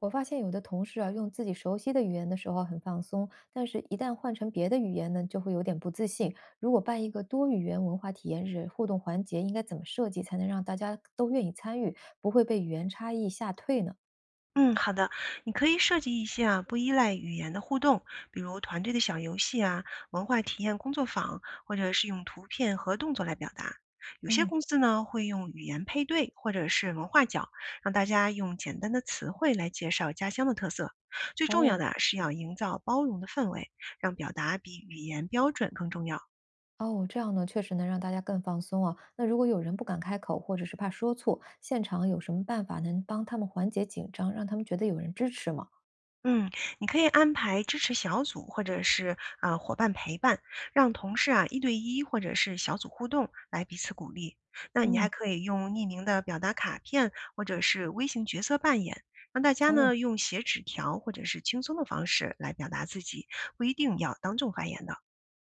我发现有的同事啊，用自己熟悉的语言的时候很放松，但是一旦换成别的语言呢，就会有点不自信。如果办一个多语言文化体验日，互动环节应该怎么设计才能让大家都愿意参与，不会被语言差异吓退呢？嗯，好的，你可以设计一些啊不依赖语言的互动，比如团队的小游戏啊、文化体验工作坊，或者是用图片和动作来表达。有些嗯，公司呢会用语言配对或者是文化角，让大家用简单的词汇来介绍家乡的特色。最重要哦的啊是要营造包容的氛围，让表达比语言标准更重要。哦，这样呢，确实能让大家更放松啊。那如果有人不敢开口，或者是怕说错，现场有什么办法能帮他们缓解紧张，让他们觉得有人支持吗？嗯，你可以安排支持小组或者是啊、伙伴陪伴，让同事啊一对一或者是小组互动来彼此鼓励。那你还嗯，可以用匿名的表达卡片或者是微型角色扮演，让大家哦。呢用写纸条或者是轻松的方式来表达自己，不一定要当众发言的。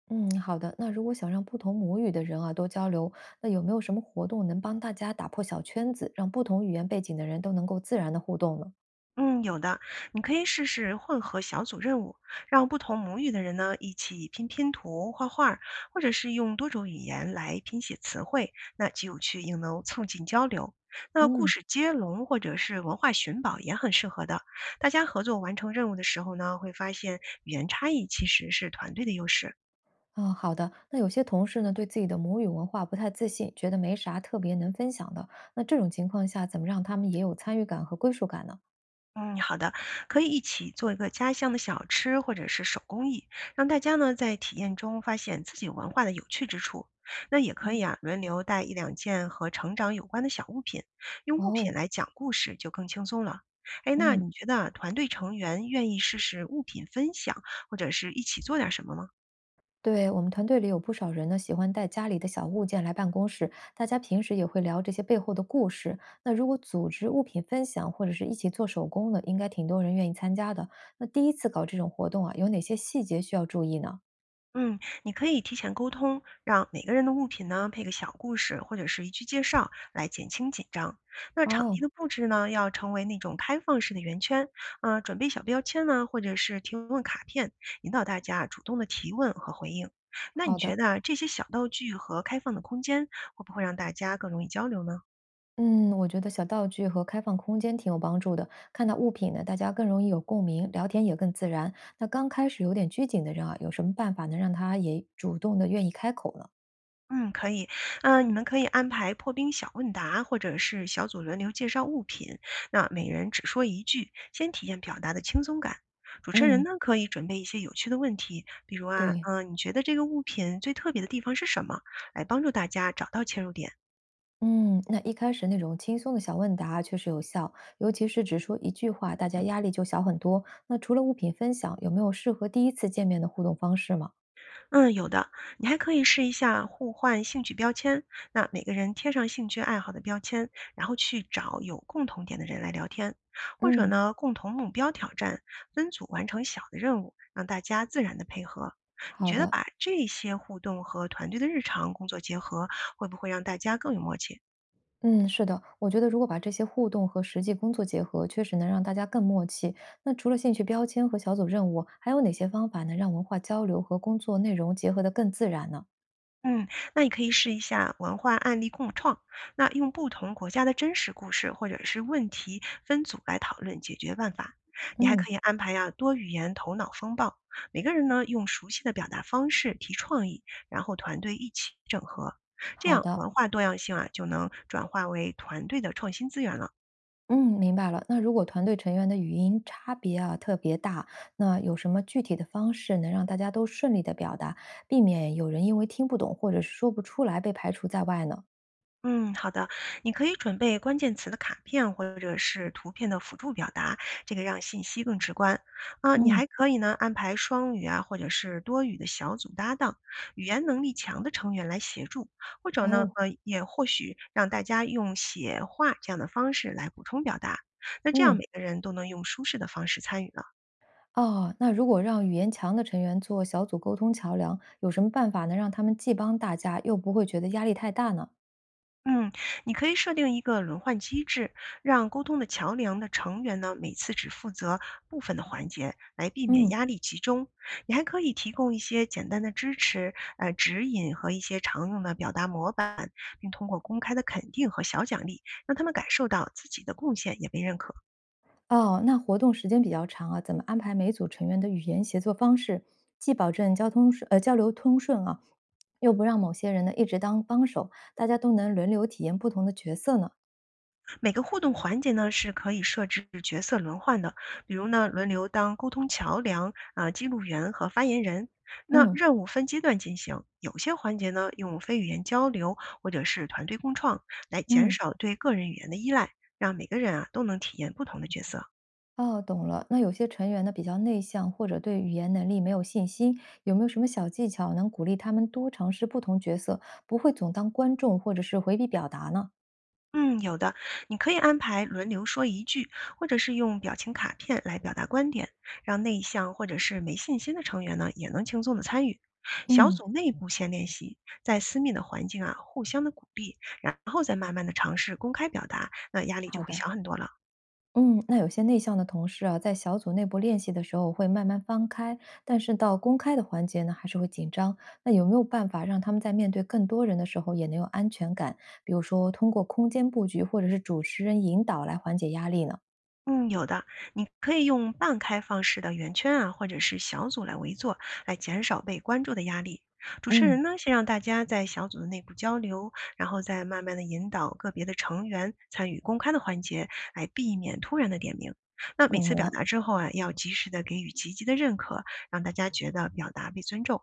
嗯，好的。那如果想让不同母语的人啊多交流，那有没有什么活动能帮大家打破小圈子，让不同语言背景的人都能够自然的互动呢？嗯，有的，你可以试试混合小组任务，让不同母语的人呢一起拼拼图、画画儿或者是用多种语言来拼写词汇，那既有趣又能促进交流。那故嗯，事接龙或者是文化寻宝也很适合的。大家合作完成任务的时候呢，会发现语言差异其实是团队的优势。啊、好的。那有些同事呢对自己的母语文化不太自信，觉得没啥特别能分享的。那这种情况下，怎么让他们也有参与感和归属感呢？嗯，好的，可以一起做一个家乡的小吃或者是手工艺，让大家呢在体验中发现自己文化的有趣之处。那也可以嗯，啊，轮流带一两件和成长有关的小物品，用物品哦，来讲故事就更轻松了。哎，那嗯。你觉得啊团队成员愿意试试物品分享，或者是一起做点什么吗？对，我们团队里有不少人呢，喜欢带家里的小物件来办公室，大家平时也会聊这些背后的故事。那如果组织物品分享或者是一起做手工呢，应该挺多人愿意参加的。那第一次搞这种活动啊，有哪些细节需要注意呢？嗯，你可以提前沟通，让每个人的物品呢配个小故事或者是一句介绍，来减轻紧张。那场哦，地的布置呢，要成为那种开放式的圆圈，准备小标签呢，或者是提问卡片，引导大家主动的提问和回应。那你好觉的。得啊这些小道具和开放的空间，会不会让大家更容易交流呢？嗯，我觉得小道具和开放空间挺有帮助的。看到物品呢，大家更容易有共鸣，聊天也更自然。那刚开始有点拘谨的人啊，有什么办法能让他也主动的愿意开口呢？嗯，可以。嗯，你们可以安排破冰小问答，或者是小组轮流介绍物品，那每人只说一句，先体验表达的轻松感。主持人嗯，呢，可以准备一些有趣的问题，比如啊，对。嗯、你觉得这个物品最特别的地方是什么？来帮助大家找到切入点。嗯，那一开始那种轻松的小问答确实有效，尤其是只说一句话，大家压力就小很多。那除了物品分享，有没有适合第一次见面的互动方式吗？嗯，有的，你还可以试一下互换兴趣标签。那每个人贴上兴趣爱好的标签，然后去找有共同点的人来聊天，或者嗯，呢，共同目标挑战，分组完成小的任务，让大家自然的配合。你好觉得的，把这些互动和团队的日常工作结合，会不会让大家更有默契？嗯，是的，我觉得如果把这些互动和实际工作结合，确实能让大家更默契。那除了兴趣标签和小组任务，还有哪些方法能让文化交流和工作内容结合得更自然呢？嗯，那你可以试一下文化案例共创，那用不同国家的真实故事或者是问题分组来讨论解决办法。你还嗯，可以安排呀、多语言头脑风暴，每个人呢用熟悉的表达方式提创意，然后团队一起整合，这好样的。文化多样性啊就能转化为团队的创新资源了。嗯，明白了。那如果团队成员的语音差别啊特别大，那有什么具体的方式能让大家都顺利的表达，避免有人因为听不懂或者是说不出来被排除在外呢？嗯，好的，你可以准备关键词的卡片或者是图片的辅助表达，这个让信息更直观。啊，你嗯，还可以呢安排双语啊或者是多语的小组搭档，语言能力强的成员来协助，或者呢哦，也或许让大家用写话这样的方式来补充表达，那这样嗯，每个人都能用舒适的方式参与了。哦，那如果让语言强的成员做小组沟通桥梁，有什么办法能让他们既帮大家，又不会觉得压力太大呢？嗯，你可以设定一个轮换机制，让沟通的桥梁的成员呢，每次只负责部分的环节，来避免嗯，压力集中。你还可以提供一些简单的支持、指引和一些常用的表达模板，并通过公开的肯定和小奖励，让他们感受到自己的贡献也被认可。哦，那活动时间比较长啊，怎么安排每组成员的语言协作方式，既保证交流通顺啊？又不让某些人呢一直当帮手，大家都能轮流体验不同的角色呢。每个互动环节呢是可以设置角色轮换的，比如呢轮流当沟通桥梁啊、记录员和发言人。那嗯任务分阶段进行，有些环节呢用非语言交流或者是团队共创来减嗯，少对个人语言的依赖，让每个人啊都能体验不同的角色。哦，懂了。那有些成员呢比较内向，或者对语言能力没有信心，有没有什么小技巧能鼓励他们多尝试不同角色，不会总当观众或者是回避表达呢？嗯，有的，你可以安排轮流说一句，或者是用表情卡片来表达观点，让内向或者是没信心的成员呢也能轻松的参与。小嗯，组内部先练习，在私密的环境啊，互相的鼓励，然后再慢慢的尝试公开表达，那压力就好会的。小很多了。嗯，那有些内向的同事啊，在小组内部练习的时候会慢慢放开，但是到公开的环节呢，还是会紧张。那有没有办法让他们在面对更多人的时候也能有安全感？比如说通过空间布局或者是主持人引导来缓解压力呢？嗯，有的，你可以用半开放式的圆圈啊，或者是小组来围坐，来减少被关注的压力。主持嗯，人呢，先让大家在小组的内部交流，然后再慢慢的引导个别的成员参与公开的环节，来避免突然的点名。那每懂次表了。达之后啊，要及时的给予积极的认可，让大家觉得表达被尊重。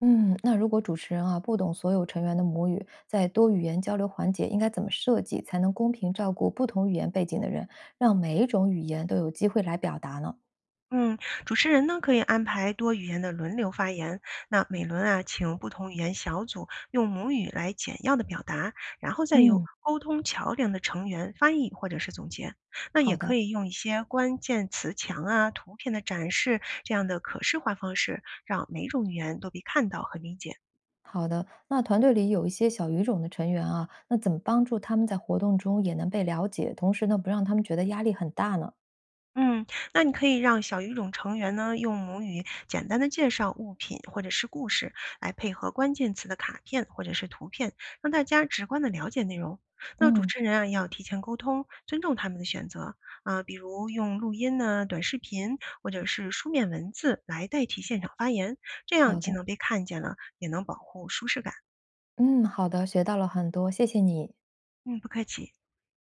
嗯，那如果主持人啊不懂所有成员的母语，在多语言交流环节应该怎么设计，才能公平照顾不同语言背景的人，让每一种语言都有机会来表达呢？嗯，主持人呢可以安排多语言的轮流发言，那每轮啊，请不同语言小组用母语来简要的表达，然后再由嗯，沟通桥梁的成员翻译或者是总结。那好也可的。以用一些关键词墙啊、图片的展示这样的可视化方式，让每种语言都被看到和理解。好的，那团队里有一些小语种的成员啊，那怎么帮助他们在活动中也能被了解，同时呢，不让他们觉得压力很大呢？嗯，那你可以让小语种成员呢用母语简单的介绍物品或者是故事，来配合关键词的卡片或者是图片，让大家直观的了解内容。那主嗯，持人啊要提前沟通，尊重他们的选择啊，比如用录音呢、短视频或者是书面文字来代替现场发言，这样好既的，能被看见了，也能保护舒适感。嗯，好的，学到了很多，谢谢你。嗯，不客气。